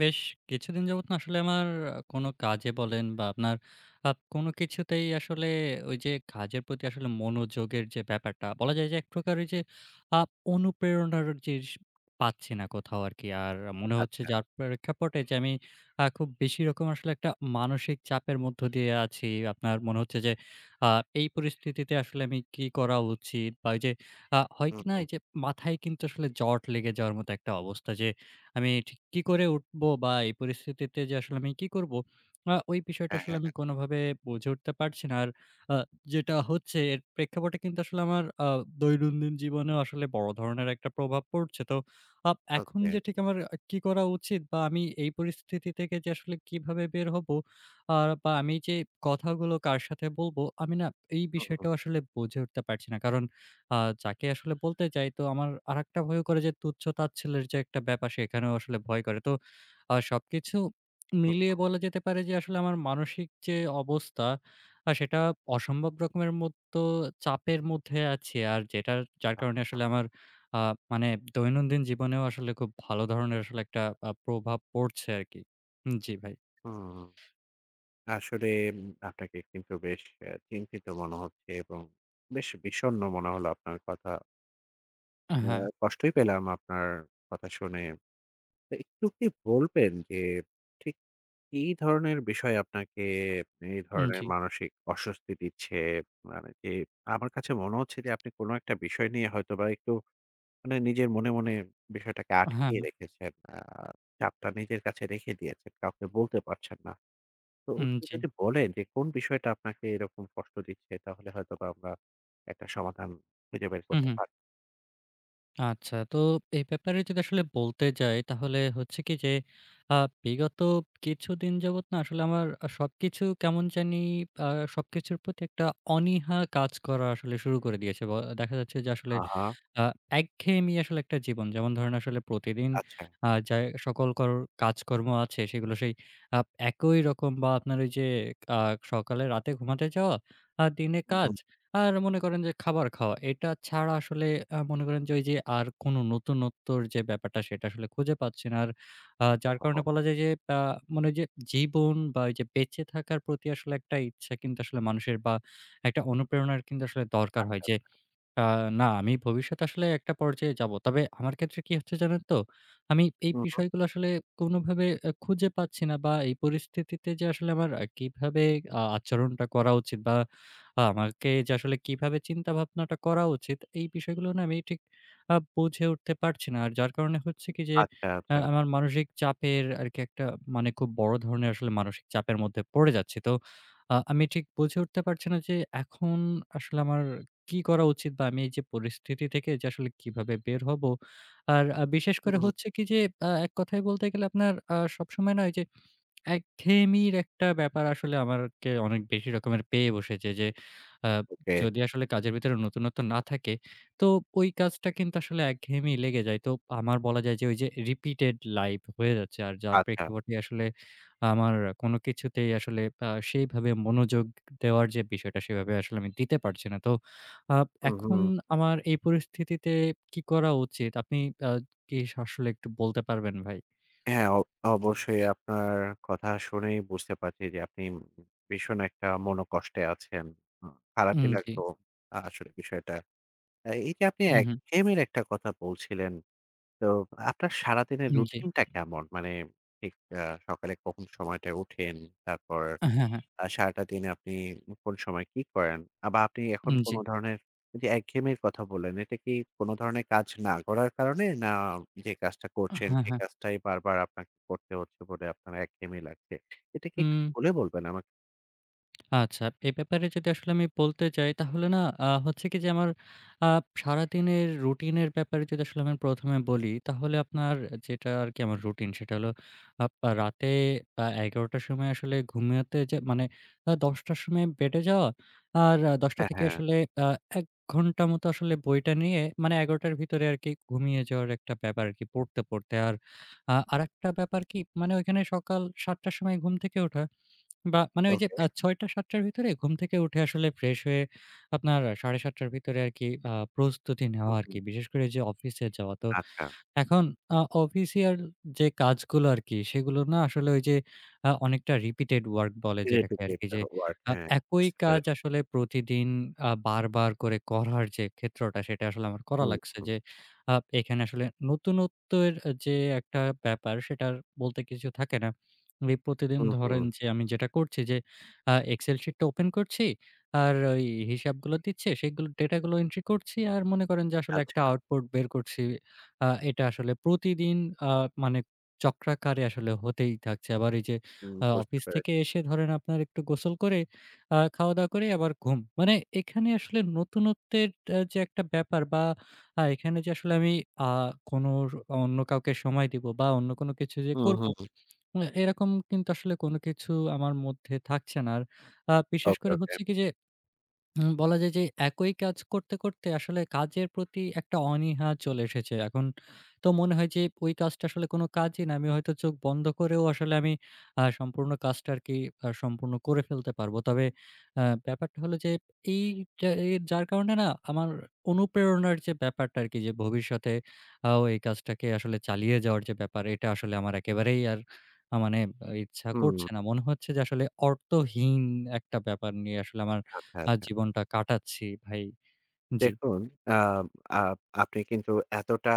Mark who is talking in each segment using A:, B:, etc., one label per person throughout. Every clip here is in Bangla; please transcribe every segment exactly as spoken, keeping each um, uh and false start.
A: বেশ কিছুদিন যাবত না আসলে আমার কোনো কাজে বলেন বা আপনার আ কোনো কিছুতেই আসলে ওই যে কাজের প্রতি আসলে মনোযোগের যে ব্যাপারটা বলা যায় যে এক প্রকার ওই যে আ অনুপ্রেরণার যে স পাচ্ছি না কোথাও আরকি। আর মনে হচ্ছে
B: আচ্ছা।
A: যার প্রেক্ষাপটে যে আমি আ খুব বেশি রকম আসলে একটা মানসিক চাপের মধ্য দিয়ে আছি। আপনার মনে হচ্ছে যে আ এই পরিস্থিতিতে আসলে আমি কি করা উচিত? বা ওই যে আ হয়
B: হুম,
A: কি না? এই
B: হুম।
A: যে মাথায় কিন্তু আসলে জট লেগে যাওয়ার মতো একটা অবস্থা যে আমি ঠিক কি করে উঠবো বা এই পরিস্থিতিতে যে আসলে আমি কি করব? আ ওই বিষয়টা
B: হ্যাঁ,
A: আসলে
B: হ্যাঁ।
A: আমি কোনোভাবে বুঝে উঠতে পারছি না। আর আ যেটা হচ্ছে এর প্রেক্ষাপটে কিন্তু আসলে আমার আ দৈনন্দিন জীবনেও আসলে বড় ধরনের একটা প্রভাব পড়ছে। তো আপ এখন
B: ওকে।
A: যে ঠিক আমার আ কি করা উচিত বা আমি এই পরিস্থিতি থেকে যে আসলে কিভাবে বের হবো, আর বা আমি যে কথাগুলো কার সাথে বলবো, আমি না এই
B: হুম, হুম,
A: বিষয়টাও আসলে বুঝে উঠতে পারছি না। কারণ আ যাকে আসলে বলতে চাই তো আমার আরেকটা ভয় করে যে, তুচ্ছ-তাচ্ছিল্যের যে একটা ব্যাপার সেখানেও আসলে ভয় করে। তো আ সবকিছু মিলিয়ে
B: হুম।
A: বলা যেতে পারে যে, আসলে আমার মানসিক যে অবস্থা আ সেটা অসম্ভব রকমের মতো চাপের মধ্যে আছি। আর যেটার যার কারণে
B: আচ্ছা।
A: আসলে আমার আ মানে দৈনন্দিন জীবনেও আসলে খুব ভালো ধরনের আসলে একটা আ প্রভাব পড়ছে আরকি। জি ভাই।
B: হুম। আসলে উম আপনাকে কিন্তু বেশ অ্যা চিন্তিত মনে হচ্ছে এবং বেশ বিষণ্ণ মনে হলো আপনার কথা। অ্যা
A: হ্যাঁ,
B: কষ্টই পেলাম আপনার কথা শুনে। তো একটু কি বলবেন যে ঠিক কি ধরনের বিষয় আপনাকে এই
A: উম,
B: ধরনের
A: জি।
B: মানসিক অস্বস্তি দিচ্ছে? মানে যে আমার কাছে মনে হচ্ছে যে আপনি কোনো একটা বিষয় নিয়ে হয়তোবা একটু মানে নিজের মনে, মনে বিষয়টাকে
A: হ্যাঁ,
B: আটকিয়ে রেখেছেন। আ চাপটা নিজের কাছে রেখে দিয়েছেন। কাউকে বলতে পারছেন না। তো
A: উম,
B: একটু
A: জি।
B: যদি বলেন যে কোন বিষয়টা আপনাকে এরকম কষ্ট দিচ্ছে তাহলে হয়তোবা আমরা একটা সমাধান খুঁজে বের
A: হু,
B: করতে
A: হু।
B: পারি।
A: আচ্ছা, তো এই ব্যাপারে যদি আসলে বলতে যাই তাহলে হচ্ছে কি যে, আ বিগত কিছুদিন যাবৎ না আসলে আমার আ সবকিছু কেমন জানি আ সবকিছুর প্রতি একটা অনীহা কাজ করা আসলে শুরু করে দিয়েছে। ব দেখা যাচ্ছে যে আসলে
B: আ হা,
A: আ একঘেয়েমি আসলে একটা জীবন। যেমন ধরেন আসলে প্রতিদিন
B: আচ্ছা।
A: আ যা সকল কর কাজকর্ম আছে সেগুলো সেই আপ একই রকম, বা আপনার ওই যে আ সকালে রাতে ঘুমাতে যাওয়া, আর দিনে
B: হুম,
A: কাজ,
B: হুম।
A: আর মনে করেন যে খাবার খাওয়া। এটা ছাড়া আসলে আ মনে করেন যে, ওই যে আর কোনো নতুনত্বর যে ব্যাপারটা সেটা আসলে খুঁজে পাচ্ছি না। আর আ যার কারণে
B: ওহহো!
A: বলা যায় যে, আ মানে ওই যে জীবন বা ওই যে বেঁচে থাকার প্রতি আসলে একটা ইচ্ছা কিন্তু আসলে মানুষের, বা একটা অনুপ্রেরণার কিন্তু আসলে দরকার হয় যে, আ না, আমি ভবিষ্যতে আসলে একটা পর্যায়ে যাবো। তবে আমার ক্ষেত্রে কি হচ্ছে জানেন তো? আমি এই
B: হুম, হুম।
A: বিষয়গুলো আসলে কোনোভাবে আ খুঁজে পাচ্ছি না, বা এই পরিস্থিতিতে যে আসলে আমার আ কিভাবে আ আচরণটা করা উচিত, বা আ আমাকে যে আসলে কিভাবে চিন্তাভাবনাটা করা উচিত, এই বিষয়গুলো না আমি ঠিক আ বুঝে উঠতে পারছি না। আর যার কারণে হচ্ছে কি যে,
B: আচ্ছা,
A: আ
B: আচ্ছা।
A: আমার মানসিক চাপের আরকি একটা মানে খুব বড় ধরনের আসলে মানসিক চাপের মধ্যে পড়ে যাচ্ছি। তো আ আমি ঠিক বুঝে উঠতে পারছি না যে, এখন আসলে আমার কি করা উচিত বা আমি এই যে পরিস্থিতি থেকে যে আসলে কিভাবে বের হব? আর আ বিশেষ করে
B: হুম, হুম।
A: হচ্ছে কি যে, আ এক কথায় বলতে গেলে আপনার আ সবসময় না ওই যে একঘেয়েমির একটা ব্যাপার আসলে আমারকে অনেক বেশি রকমের পেয়ে বসেছে যে, আ
B: ওকে।
A: যদি আসলে কাজের ভিতরে নতুনত্ব না থাকে, তো ওই কাজটা কিন্তু আসলে একঘেয়েমি লেগে যায়। তো আমার বলা যায় যে, ওই যে রিপিটেড লাইফ হয়ে যাচ্ছে। আর যার
B: আচ্ছা।
A: প্রেক্ষাপটে আসলে আমার কোনো কিছুতেই আসলে আ সেইভাবে মনোযোগ দেওয়ার যে বিষয়টা, সেভাবে আসলে আমি দিতে পারছি না। তো আ
B: হুম,
A: এখন
B: হুম।
A: আমার এই পরিস্থিতিতে কি করা উচিত? আপনি আ কি আসলে একটু বলতে পারবেন ভাই?
B: হ্যাঁ, অ অবশ্যই আপনার কথা শুনেই বুঝতে পারছি যে আপনি ভীষণ একটা মনোকষ্টে আছেন। হুম,
A: উম
B: খারাপই
A: জি।
B: লাগলো আসলে বিষয়টা। আ এই যে আপনি
A: হু, হু।
B: একঘেয়েমির একটা কথা বলছিলেন। তো আপনার সারাদিনের
A: উম জি।
B: রুটিনটা কেমন? মানে ঠিক আ সকালে কখন সময়টায় ওঠেন? তারপর
A: হ্যাঁ, হ্যাঁ।
B: আ সারাটা দিন আপনি কোন সময় কি করেন? আ বা আপনি এখন
A: জি।
B: কোন ধরনের এই যে একঘেয়েমির কথা বললেন, এটা কি কোন ধরনের কাজ না করার কারণে? না যে কাজটা করছেন
A: হ্যাঁ,
B: সেই
A: হ্যাঁ।
B: কাজটাই বারবার আপনাকে করতে হচ্ছে বলে আপনার একঘেয়েমি লাগছে? এটা কি একটু
A: উম,
B: খুলে বলবেন আমাকে?
A: আচ্ছা, এ ব্যাপারে যদি আসলে আমি বলতে যাই তাহলে না, আ হচ্ছে কি যে, আমার আ সারাদিনের রুটিনের ব্যাপারে যদি আসলে আমি প্রথম এ বলি তাহলে আপনার, যেটা আরকি আমার রুটিন সেটা হলো আপ রাতে আ এগারো টার সময় আসলে ঘুমাতে, যে মানে আ দশ টার সময় বেডে যাওয়া। আর দশ টা
B: হ্যাঁ,
A: থেকে
B: হ্যাঁ।
A: আসলে আ এক ঘন্টা মতো আসলে বইটা নিয়ে, মানে এগারো টার ভিতরে আরকি ঘুমিয়ে যাওয়ার একটা ব্যাপার আরকি পড়তে, পড়তে। আর আ আরেকটা ব্যাপার কি মানে, ওইখানে সকাল সাত টার সময় ঘুম থেকে ওঠা। বা মানে ওই যে আ
B: ওকে।
A: ছয় থেকে সাত র ভিতরে ঘুম থেকে উঠে আসলে ফ্রেশ হয়ে আপনার ৭ঃ ত্রিশ র ভিতরে আরকি আ প্রস্তুতি নেওয়া
B: হুম,
A: আরকি।
B: হুম।
A: বিশেষ করে যে অফিসে যাওয়া। তো
B: আচ্ছা।
A: এখন আ অফিসিয়াল যে কাজগুলো আরকি, সেগুলো না আসলে ওই যে আ অনেকটা রিপিটেড ওয়ার্ক বলে, যেটাকে আরকি
B: রিপিটেটিভ
A: যে
B: ওয়ার্ক,
A: আ
B: হ্যাঁ,
A: একই
B: বুঝতে
A: কাজ
B: পেরেছি।
A: আসলে প্রতিদিন আ বারবার করে করার যে ক্ষেত্রটা সেটা আসলে আমার করা লাগছে,
B: হুম।
A: যে আ এখানে আসলে নতুনত্বের যে একটা ব্যাপার সেটার বলতে কিছু থাকে না। আমি প্রতিদিন
B: হুম,
A: ধরেন
B: হুম।
A: যে, আমি যেটা করছি যে আ এক্সেল শিটটা ওপেন করছি, আর ওই হিসাবগুলো দিচ্ছে সেগুলো ডেটাগুলো এন্ট্রি করছি, আর মনে করেন যে আসলে
B: আচ্ছা।
A: একটা আউটপুট বের করছি। আ এটা আসলে প্রতিদিন আ মানে চক্রাকারে আসলে হতেই থাকছে। আবার এই যে
B: হুম,
A: আ
B: বুঝতে
A: অফিস থেকে
B: পেরেছি।
A: এসে ধরেন আপনার একটু গোসল করে আ খাওয়া-দাওয়া করে আবার ঘুম। মানে এখানে আসলে নতুনত্বের আ যে একটা ব্যাপার, বা আ এখানে যে আসলে আমি আ কোনো র- অন্য কাউকে সময় দিব বা অন্য কোনো কিছু যে
B: হুম,
A: করব,
B: হুম।
A: এ এরকম কিন্তু আসলে কোনো কিছু আমার মধ্যে থাকছে না। আর আ বিশেষ
B: ওকে,
A: করে
B: ওকে।
A: হচ্ছে কি যে, হুম, বলা যায় যে একই কাজ করতে, করতে আসলে কাজের প্রতি একটা অনীহা চলে এসেছে। এখন তো মনে হয় যে ওই কাজটা আসলে কোনো কাজই না। আমি হয়তো চোখ বন্ধ করেও আসলে আমি আ সম্পূর্ণ কাজটা আরকি আ সম্পূর্ণ করে ফেলতে পারবো। তবে আ ব্যাপারটা হলো যে, এইটা এর যার কারণে না আমার অনুপ্রেরণার যে ব্যাপারটা আরকি, যে ভবিষ্যতে আও এই কাজটাকে আসলে চালিয়ে যাওয়ার যে ব্যাপার, এটা আসলে আমার একেবারেই আর আ মানে আহ, ইচ্ছা করছে না।
B: হুম,
A: মনে হচ্ছে যে আসলে অর্থহীন একটা ব্যাপার নিয়ে আসলে আমার
B: আচ্ছা,
A: আ
B: আচ্ছা।
A: জীবনটা কাটাচ্ছি ভাই। জি।
B: দেখুন, আ আপ আপনি কিন্তু এতটা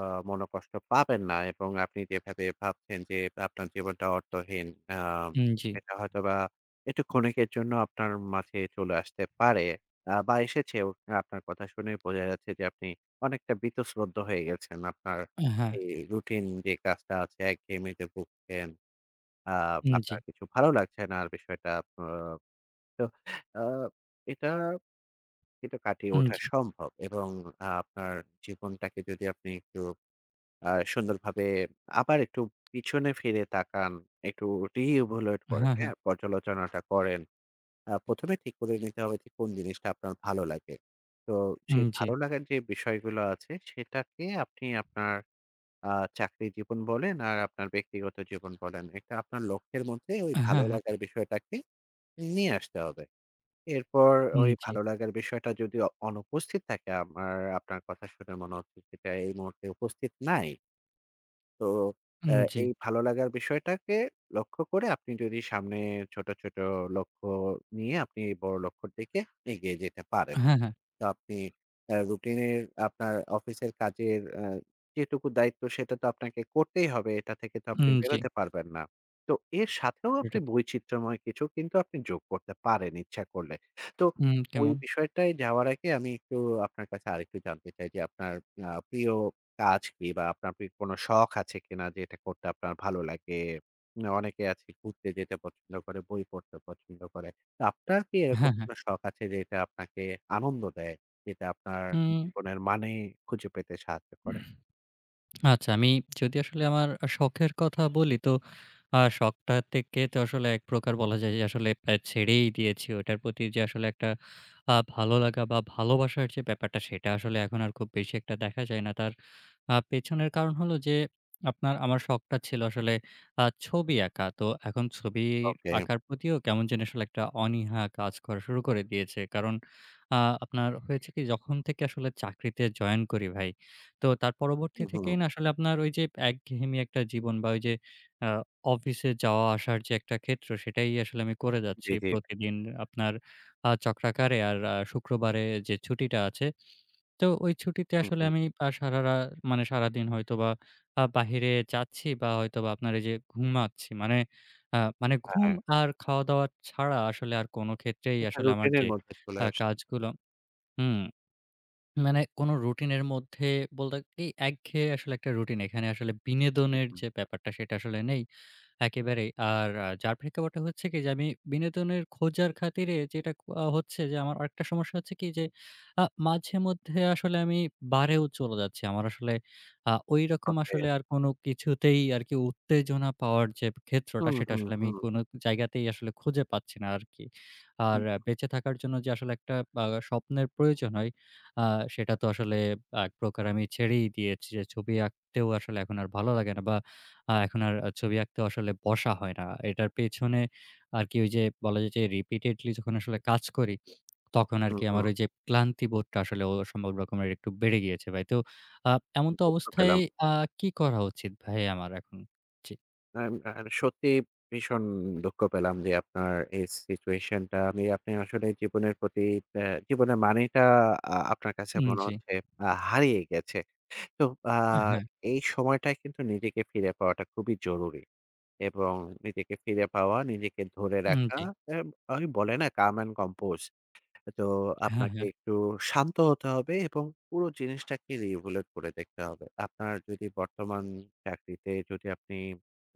B: আ মনোকষ্ট পাবেন না এবং আপনি যেভাবে ভাবছেন যে আপনার জীবনটা অর্থহীন, আ
A: উম জি।
B: এটা হয়তোবা একটু ক্ষণিকের জন্য আপনার মাঝে চলে আসতে পারে। আ বা এসেছেও। আপনার কথা শুনে বোঝা যাচ্ছে যে আপনি অনেকটা বীতশ্রদ্ধ হয়ে গেছেন। আপনার
A: হ্যাঁ।
B: এই রুটিন যে কাজটা আছে একঘেয়েমিতে ভুগছেন। আ
A: উম জি।
B: আপনার কিছু ভালো লাগছে না আর বিষয়টা। আ তো আ এটা কিন্তু কাটিয়ে
A: উম
B: ওঠা
A: জি।
B: সম্ভব এবং আ আপনার জীবনটাকে যদি আপনি একটু আ সুন্দরভাবে আবার একটু পিছনে ফিরে তাকান, একটু re-evaluate করেন,
A: হ্যাঁ, হ্যাঁ।
B: হ্যাঁ? পর্যালোচনাটা করেন। আ প্রথম এ ঠিক করে নিতে হবে যে কোন জিনিসটা আপনার ভালো লাগে। তো
A: উম
B: সেই
A: জি।
B: ভালো লাগার যে বিষয়গুলো আছে সেটাকে আপনি আপনার আ চাকরির জীবন বলেন আর আপনার ব্যক্তিগত জীবন বলেন। এটা আপনার লক্ষ্যের মধ্যে ওই
A: হ্যাঁ,
B: ভালো
A: হ্যাঁ।
B: লাগার বিষয়টাকে নিয়ে আসতে হবে। এরপর ওই
A: উম জি।
B: ভালো লাগার বিষয়টা যদি অ অনুপস্থিত থাকে আমার আপনার কথা শুনে মনে হচ্ছে সেটা এই মুহূর্তে উপস্থিত নাই। তো
A: উম
B: অ্যা
A: জি।
B: এই ভালো লাগার বিষয়টাকে লক্ষ্য করে আপনি যদি সামনে ছোট, ছোট লক্ষ্য নিয়ে আপনি এই বড় লক্ষ্যর দিকে এগিয়ে যেতে পারেন।
A: হ্যাঁ, হ্যাঁ।
B: তো আপনি আ রুটিনের আপনার অফিসের কাজের আ যেটুকু দায়িত্ব সেটা তো আপনাকে করতেই হবে। এটা থেকে তো আপনি
A: উম জি।
B: বেরোতে পারবেন না। তো এর সাথেও
A: এটা
B: আপনি
A: তো
B: বৈচিত্র্যময় কিছু কিন্তু আপনি যোগ করতে পারেন ইচ্ছা করলে। তো
A: উম
B: ওই
A: কেমন?
B: বিষয়টায় যাওয়ার আগে আমি একটু আপনার কাছে আরেকটু জানতে চাই যে আপনার আ প্রিয় কাজ কি বা আপনার প্রিয় কোনো শখ আছে কিনা যেটা করতে আপনার ভালো লাগে? না অনেকে আছে ঘুরতে যেতে পছন্দ করে, বই পড়তে পছন্দ করে। আপনার কি এরকম
A: হ্যাঁ, হ্যাঁ।
B: কোনো শখ আছে যেটা আপনাকে আনন্দ দেয়? যেটা আপনার
A: উম
B: জীবনের মানে খুঁজে পেতে সাহায্য করে?
A: আচ্ছা, আমি যদি আসলে আমার আ শখের কথা বলি তো, আ শখটা থেকে তো আসলে এক প্রকার বলা যায় যে আসলে আ ছেড়েই দিয়েছি। ওটার প্রতি যে আসলে একটা আ ভালো লাগা বা ভালোবাসার যে ব্যাপারটা সেটা আসলে এখন আর খুব বেশি একটা দেখা যায় না। তার আ পেছনের কারণ হলো যে, আপনার আমার শখটা ছিল আসলে আ ছবি আঁকা। তো এখন ছবি
B: ওকে।
A: আঁকার প্রতিও কেমন জানি আসলে একটা অনীহা কাজ করা শুরু করে দিয়েছে। কারণ আ আপনার হয়েছে কি, যখন থেকে আসলে চাকরিতে জয়েন করি ভাই, তো তার পরবর্তী
B: হুম,
A: থেকেই না আসলে আপনার ওই যে একঘেয়েমি একটা জীবন, বা ওই যে আ অফিসে যাওয়া আসার যে একটা ক্ষেত্র সেটাই আসলে আমি করে যাচ্ছি
B: জি, জি।
A: প্রতিদিন আপনার আ চক্রাকারে। আর আ শুক্রবারে যে ছুটিটা আছে, তো ওই ছুটিতে
B: হুম,
A: আসলে
B: হুম।
A: আমি আ সারারা মানে সারাদিন হয়তোবা আ বাহিরে যাচ্ছি, বা হয়তোবা আপনার এই যে ঘুমাচ্ছি। মানে আ মানে ঘুম
B: হ্যাঁ,
A: আর খাওয়া-দাওয়া ছাড়া আসলে আর কোন ক্ষেত্রেই
B: এটা
A: আসলে আমার
B: রুটিনের
A: যে
B: মধ্যে চলে
A: আ
B: আসছে।
A: কাজগুলো, হুম, মানে কোনো রুটিনের মধ্যে বলতে এই একঘেয়ে আসলে একটা রুটিন। এখানে আসলে বিনোদনের
B: হুম,
A: যে ব্যাপারটা সেটা আসলে নেই একেবারেই। আর আ যার প্রেক্ষাপটে হচ্ছে কি যে, আমি বিনোদনের খোঁজার খাতিরে যেটা আ হচ্ছে যে, আমার আরেকটা সমস্যা হচ্ছে কি যে আ মাঝেমধ্যে আসলে আমি বারেও চলে যাচ্ছি। আমার আসলে আ ঐরকম
B: ওকে।
A: আসলে আর কোনো কিছুতেই আরকি উত্তেজনা পাওয়ার যে ক্ষেত্রটা
B: হুম,
A: সেটা
B: হুম,
A: আসলে আমি
B: হুম,
A: কোনো জায়গাতেই আসলে খুঁজে পাচ্ছি না আরকি। আর
B: হুম,
A: আহ, বেঁচে থাকার জন্য যে আসলে একটা আ স্বপ্নের প্রয়োজন হয়, আ সেটা তো আসলে এক প্রকার আমি ছেড়েই দিয়েছি যে, ছবি আঁকতেও আসলে এখন আর ভালো লাগে না, বা আ এখন আর আ ছবি আঁকতে আসলে বসা হয় না। এটার পেছনে আরকি ওই যে বলা যায় যে, repeatedly যখন আসলে কাজ করি, তখন
B: হুম,
A: আরকি আমার
B: হুম।
A: ওই যে ক্লান্তিবোধটা আসলে অসম্ভব রকমের একটু বেড়ে গিয়েছে ভাই। তো আ এমন তো
B: দুঃখ
A: অবস্থায়
B: পেলাম।
A: আ কি করা উচিত ভাই আমার এখন? জি।
B: আম আর সত্যি ভীষণ দুঃখ পেলাম যে আপনার এই সিচুয়েশন টা আমি আপনি আসলে জীবনের প্রতি অ্যা জীবনের মানেটা আ আপনার কাছে
A: উম
B: মনে
A: জি।
B: হচ্ছে আ হারিয়ে গেছে। তো আ
A: হ্যাঁ।
B: এই সময়টায় কিন্তু নিজেকে ফিরে পাওয়াটা খুবই জরুরি এবং নিজেকে ফিরে পাওয়া, নিজেকে ধরে
A: উম
B: রাখা
A: জি।
B: এম ওই বলে না calm and compose। তো
A: হ্যাঁ,
B: আপনাকে
A: হ্যাঁ।
B: একটু শান্ত হতে হবে এবং পুরো জিনিসটাকে reevaluate করে দেখতে হবে। আপনার যদি বর্তমান চাকরিতে যদি আপনি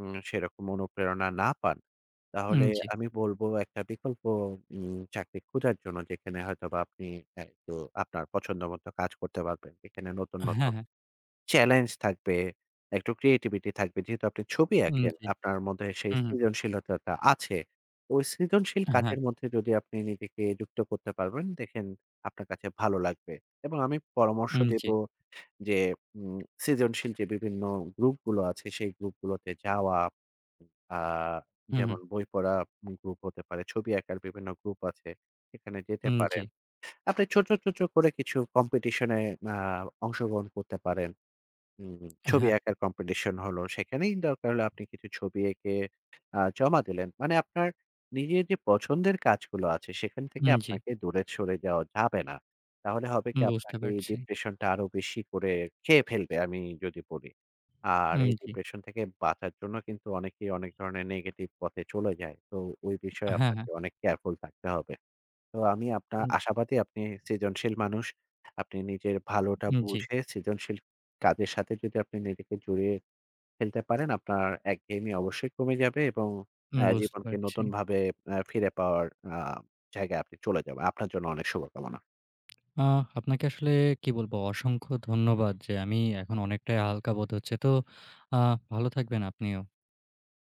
B: উম সেরকম অনুপ্রেরণা না পান,
A: উম
B: তাহলে
A: জি।
B: আমি বলব একটা বিকল্প উম চাকরি খোঁজার জন্য যেখানে হয়তোবা আপনি আ একটু আপনার পছন্দমত কাজ করতে পারবেন। যেখানে নতুন,
A: হ্যাঁ,
B: নতুন
A: হ্যাঁ।
B: চ্যালেঞ্জ থাকবে, একটু ক্রিয়েটিভিটি থাকবে। যেহেতু আপনি ছবি
A: উম
B: আঁকেন,
A: জি।
B: আপনার মধ্যে সেই
A: হুম, হুম।
B: সৃজনশীলতাটা আছে। ওই সৃজনশীল
A: হ্যাঁ।
B: কাজের মধ্যে যদি আপনি নিজেকে যুক্ত করতে পারবেন, দেখেন আপনার কাছে ভালো লাগবে। এবং আমি পরামর্শ
A: উম
B: দেব
A: জি।
B: যে উম সৃজনশীল যে বিভিন্ন গ্রুপগুলো আছে, সেই গ্রুপগুলোতে যাওয়া। আ
A: হুম, হুম।
B: যেমন বই পড়া গ্রুপ হতে পারে, ছবি আঁকার বিভিন্ন গ্রুপ আছে, সেখানে যেতে
A: উম জি।
B: পারেন। আপনি ছোট, ছোট করে কিছু কম্পিটিশন এ আ অংশগ্রহণ করতে পারেন। হুম, ছবি
A: হ্যাঁ।
B: আঁকার কম্পিটিশন হলো। সেখানেই দরকার হলে আপনি কিছু ছবি এঁকে আ জমা দিলেন। মানে আপনার নিজের যে পছন্দের কাজগুলো আছে সেখান থেকে
A: উম জি।
B: আপনাকে দূরে সরে যাওয়া যাবে না। তাহলে হবে কি
A: বুঝতে
B: আপনাকে এই
A: পারছি।
B: ডিপ্রেশনটা আরো বেশি করে খেয়ে ফেলবে আমি যদি বলি। আর
A: উম
B: এই
A: জি।
B: ডিপ্রেশন থেকে বাঁচার জন্য কিন্তু অনেকেই অনেক ধরনের নেগেটিভ পথে চলে যায়। তো ওই বিষয়ে
A: হ্যাঁ, হ্যাঁ।
B: আপনাকে অনেক কেয়ারফুল থাকতে হবে। তো আমি আপনা
A: উম।
B: আশাবাদী আপনি সৃজনশীল মানুষ। আপনি নিজের ভালোটা
A: উম জি।
B: বুঝে সৃজনশীল কাজের সাথে যদি আপনি নিজেকে জড়িয়ে ফেলতে পারেন, আপনার একঘেয়েমি অবশ্যই কমে যাবে এবং অ্যা
A: বুঝতে
B: জীবনকে
A: পারছি।
B: নতুনভাবে অ্যা ফিরে পাওয়ার আ জায়গায় আপনি চলে যাবেন। আপনার জন্য অনেক শুভকামনা।
A: আহ আপনাকে আসলে কি বলবো? অসংখ্য ধন্যবাদ, যে আমি এখন অনেকটাই হালকা বোধ হচ্ছে। তো আ ভালো থাকবেন আপনিও।